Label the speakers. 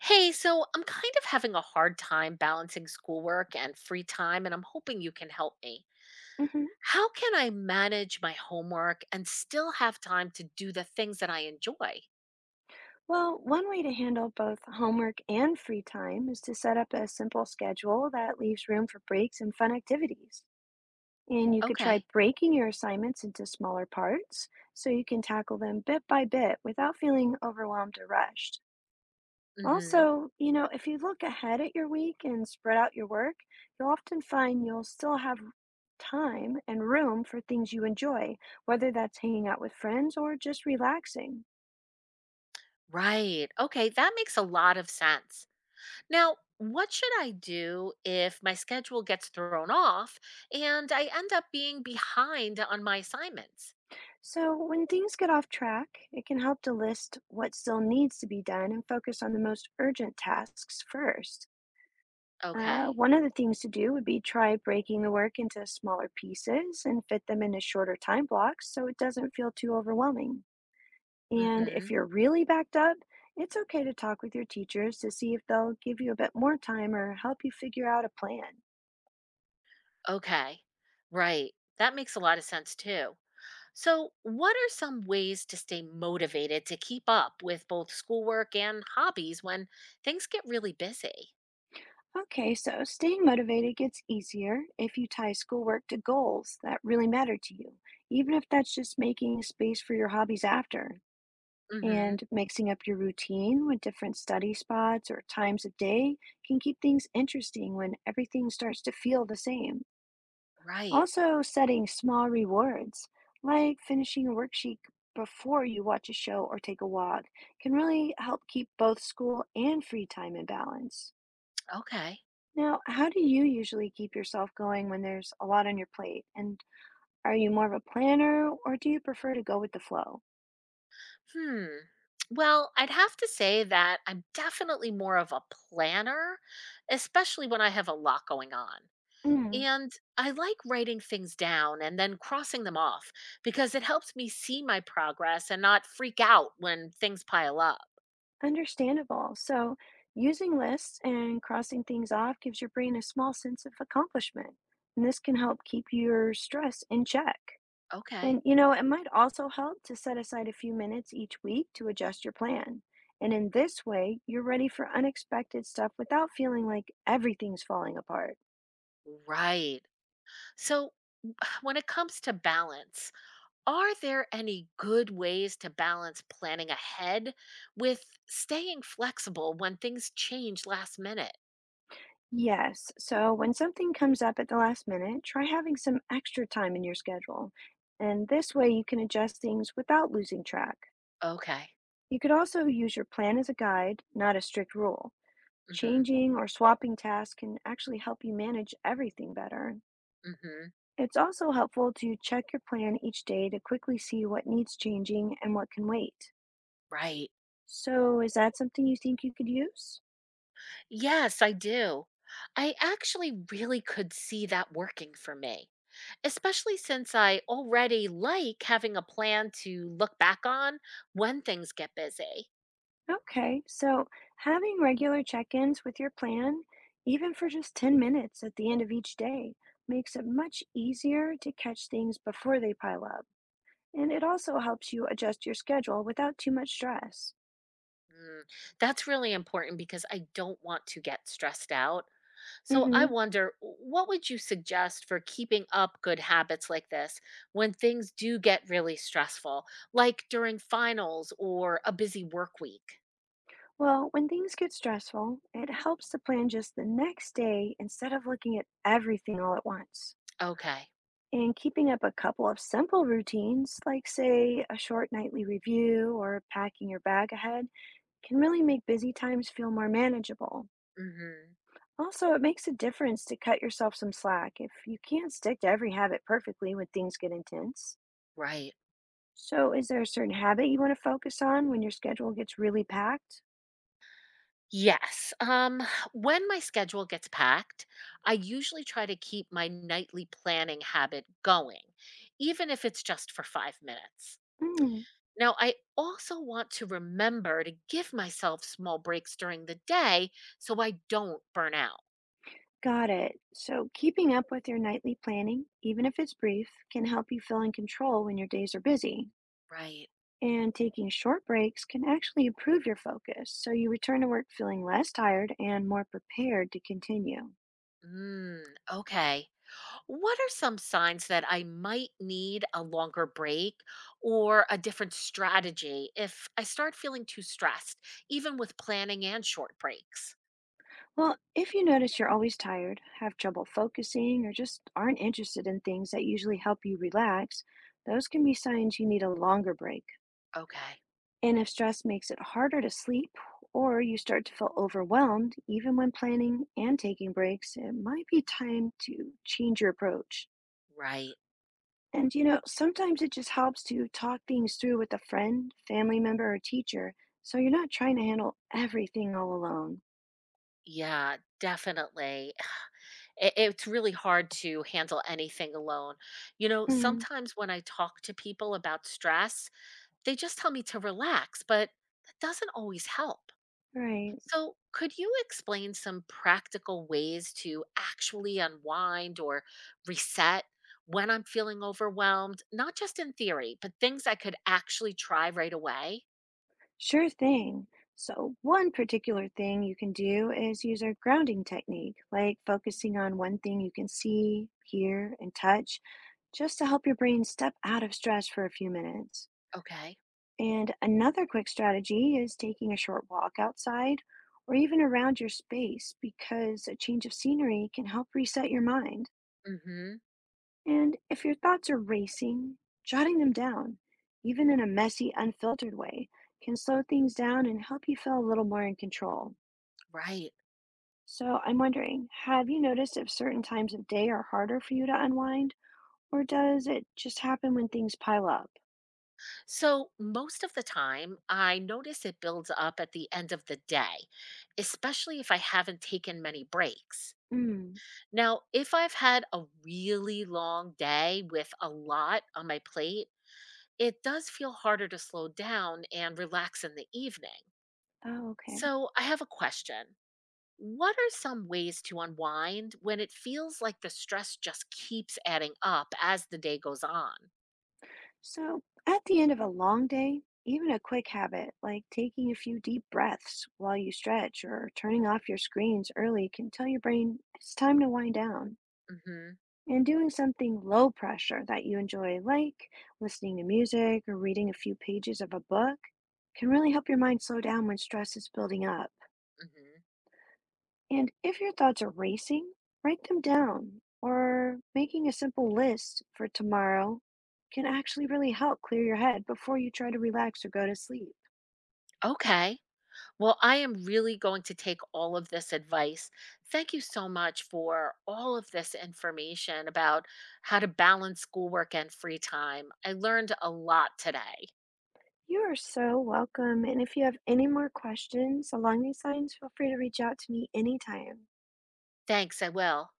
Speaker 1: Hey, so I'm kind of having a hard time balancing schoolwork and free time, and I'm hoping you can help me.
Speaker 2: Hmm.
Speaker 1: How can I manage my homework and still have time to do the things that I enjoy?
Speaker 2: Well, one way to handle both homework and free time is to set up a simple schedule that leaves room for breaks and fun activities. And you could try
Speaker 1: Okay.
Speaker 2: breaking your assignments into smaller parts so you can tackle them bit by bit without feeling overwhelmed or rushed.
Speaker 1: Hmm.
Speaker 2: Also, you know, if you look ahead at your week and spread out your work, you'll often find you'll still have time and room for things you enjoy, whether that's hanging out with friends or just relaxing.
Speaker 1: Right. Okay. That makes a lot of sense. Now, what should I do if my schedule gets thrown off and I end up being behind on my assignments?
Speaker 2: So, when things get off track, it can help to list what still needs to be done and focus on the most urgent tasks first.
Speaker 1: Okay.
Speaker 2: One of the things to do would be try breaking the work into smaller pieces and fit them into shorter time blocks so it doesn't feel too overwhelming. And if
Speaker 1: Hmm.
Speaker 2: you're really backed up, it's okay to talk with your teachers to see if they'll give you a bit more time or help you figure out a plan.
Speaker 1: Okay. Right. That makes a lot of sense too. So, what are some ways to stay motivated to keep up with both schoolwork and hobbies when things get really busy?
Speaker 2: Okay, so staying motivated gets easier if you tie schoolwork to goals that really matter to you, even if that's just making space for your hobbies after.
Speaker 1: Hmm.
Speaker 2: And mixing up your routine with different study spots or times of day can keep things interesting when everything starts to feel the same.
Speaker 1: Right.
Speaker 2: Also, setting small rewards, like finishing a worksheet before you watch a show or take a walk, can really help keep both school and free time in balance.
Speaker 1: Okay.
Speaker 2: Now, how do you usually keep yourself going when there's a lot on your plate? And are you more of a planner or do you prefer to go with the flow?
Speaker 1: Hmm. Well, I'd have to say that I'm definitely more of a planner, especially when I have a lot going on.
Speaker 2: Mm,
Speaker 1: And I like writing things down and then crossing them off because it helps me see my progress and not freak out when things pile up.
Speaker 2: understandable. So, using lists and crossing things off gives your brain a small sense of accomplishment, and this can help keep your stress in check.
Speaker 1: Okay.
Speaker 2: And you know, it might also help to set aside a few minutes each week to adjust your plan. And in this way, you're ready for unexpected stuff without feeling like everything's falling apart.
Speaker 1: Right. So, w- when it comes to balance, are there any good ways to balance planning ahead with staying flexible when things change last minute?
Speaker 2: Yes. So when something comes up at the last minute, try having some extra time in your schedule. And this way you can adjust things without losing track.
Speaker 1: Okay.
Speaker 2: You could also use your plan as a guide, not a strict rule.
Speaker 1: Mm-hmm.
Speaker 2: Changing or swapping tasks can actually help you manage everything better.
Speaker 1: Mm-hmm.
Speaker 2: It's also helpful to check your plan each day to quickly see what needs changing and what can wait.
Speaker 1: Right.
Speaker 2: So, is that something you think you could use?
Speaker 1: Yes, I do. I actually really could see that working for me, especially since I already like having a plan to look back on when things get busy.
Speaker 2: Okay, so having regular check ins with your plan, even for just 10 minutes at the end of each day, makes it much easier to catch things before they pile up. And it also helps you adjust your schedule without too much stress.
Speaker 1: Mm, that's really important because I don't want to get stressed out. So I
Speaker 2: Hmm.
Speaker 1: wonder, what would you suggest for keeping up good habits like this when things do get really stressful, like during finals or a busy work week?
Speaker 2: Well, when things get stressful, it helps to plan just the next day instead of looking at everything all at once.
Speaker 1: Okay.
Speaker 2: And keeping up a couple of simple routines, like, say, a short nightly review or packing your bag ahead can really make busy times feel more manageable.
Speaker 1: Hmm.
Speaker 2: Also, it makes a difference to cut yourself some slack if you can't stick to every habit perfectly when things get intense.
Speaker 1: Right.
Speaker 2: So, is there a certain habit you want to focus on when your schedule gets really packed?
Speaker 1: Yes. When my schedule gets packed, I usually try to keep my nightly planning habit going, even if it's just for 5 minutes.
Speaker 2: Mm,
Speaker 1: Now, I also want to remember to give myself small breaks during the day so I don't burn out.
Speaker 2: got it. So, keeping up with your nightly planning, even if it's brief, can help you feel in control when your days are busy.
Speaker 1: Right.
Speaker 2: And taking short breaks can actually improve your focus, so you return to work feeling less tired and more prepared to continue.
Speaker 1: Mm, okay. What are some signs that I might need a longer break or a different strategy if I start feeling too stressed, even with planning and short breaks?
Speaker 2: Well, if you notice you're always tired, have trouble focusing, or just aren't interested in things that usually help you relax, those can be signs you need a longer break.
Speaker 1: Okay.
Speaker 2: And if stress makes it harder to sleep, or you start to feel overwhelmed, even when planning and taking breaks, it might be time to change your approach.
Speaker 1: Right.
Speaker 2: And you know, sometimes it just helps to talk things through with a friend, family member, or teacher, so you're not trying to handle everything all alone.
Speaker 1: Yeah, definitely. It's really hard to handle anything alone. You know,
Speaker 2: Mm,
Speaker 1: sometimes when I talk to people about stress, they just tell me to relax, but that doesn't always help.
Speaker 2: right.
Speaker 1: So, could you explain some practical ways to actually unwind or reset when I'm feeling overwhelmed? Not just in theory, but things I could actually try right away.
Speaker 2: Sure thing. So, one particular thing you can do is use our grounding technique, like focusing on one thing you can see, hear, and touch, just to help your brain step out of stress for a few minutes.
Speaker 1: Okay.
Speaker 2: And another quick strategy is taking a short walk outside or even around your space because a change of scenery can help reset your mind.
Speaker 1: Mm-hmm.
Speaker 2: And if your thoughts are racing, jotting them down, even in a messy, unfiltered way, can slow things down and help you feel a little more in control.
Speaker 1: Right.
Speaker 2: So I'm wondering, have you noticed if certain times of day are harder for you to unwind, or does it just happen when things pile up?
Speaker 1: So, most of the time, I notice it builds up at the end of the day, especially if I haven't taken many breaks.
Speaker 2: Mm.
Speaker 1: Now, if I've had a really long day with a lot on my plate, it does feel harder to slow down and relax in the evening.
Speaker 2: Oh, okay.
Speaker 1: So, I have a question. What are some ways to unwind when it feels like the stress just keeps adding up as the day goes on?
Speaker 2: So at the end of a long day, even a quick habit like taking a few deep breaths while you stretch or turning off your screens early can tell your brain it's time to wind down.
Speaker 1: Hmm.
Speaker 2: And doing something low pressure that you enjoy, like listening to music or reading a few pages of a book, can really help your mind slow down when stress is building up.
Speaker 1: Hmm.
Speaker 2: And if your thoughts are racing, write them down, or making a simple list for tomorrow can actually really help clear your head before you try to relax or go to sleep.
Speaker 1: Okay. Well, I am really going to take all of this advice. Thank you so much for all of this information about how to balance schoolwork and free time. I learned a lot today.
Speaker 2: You are so welcome. And if you have any more questions along these lines, feel free to reach out to me anytime.
Speaker 1: Thanks, I will.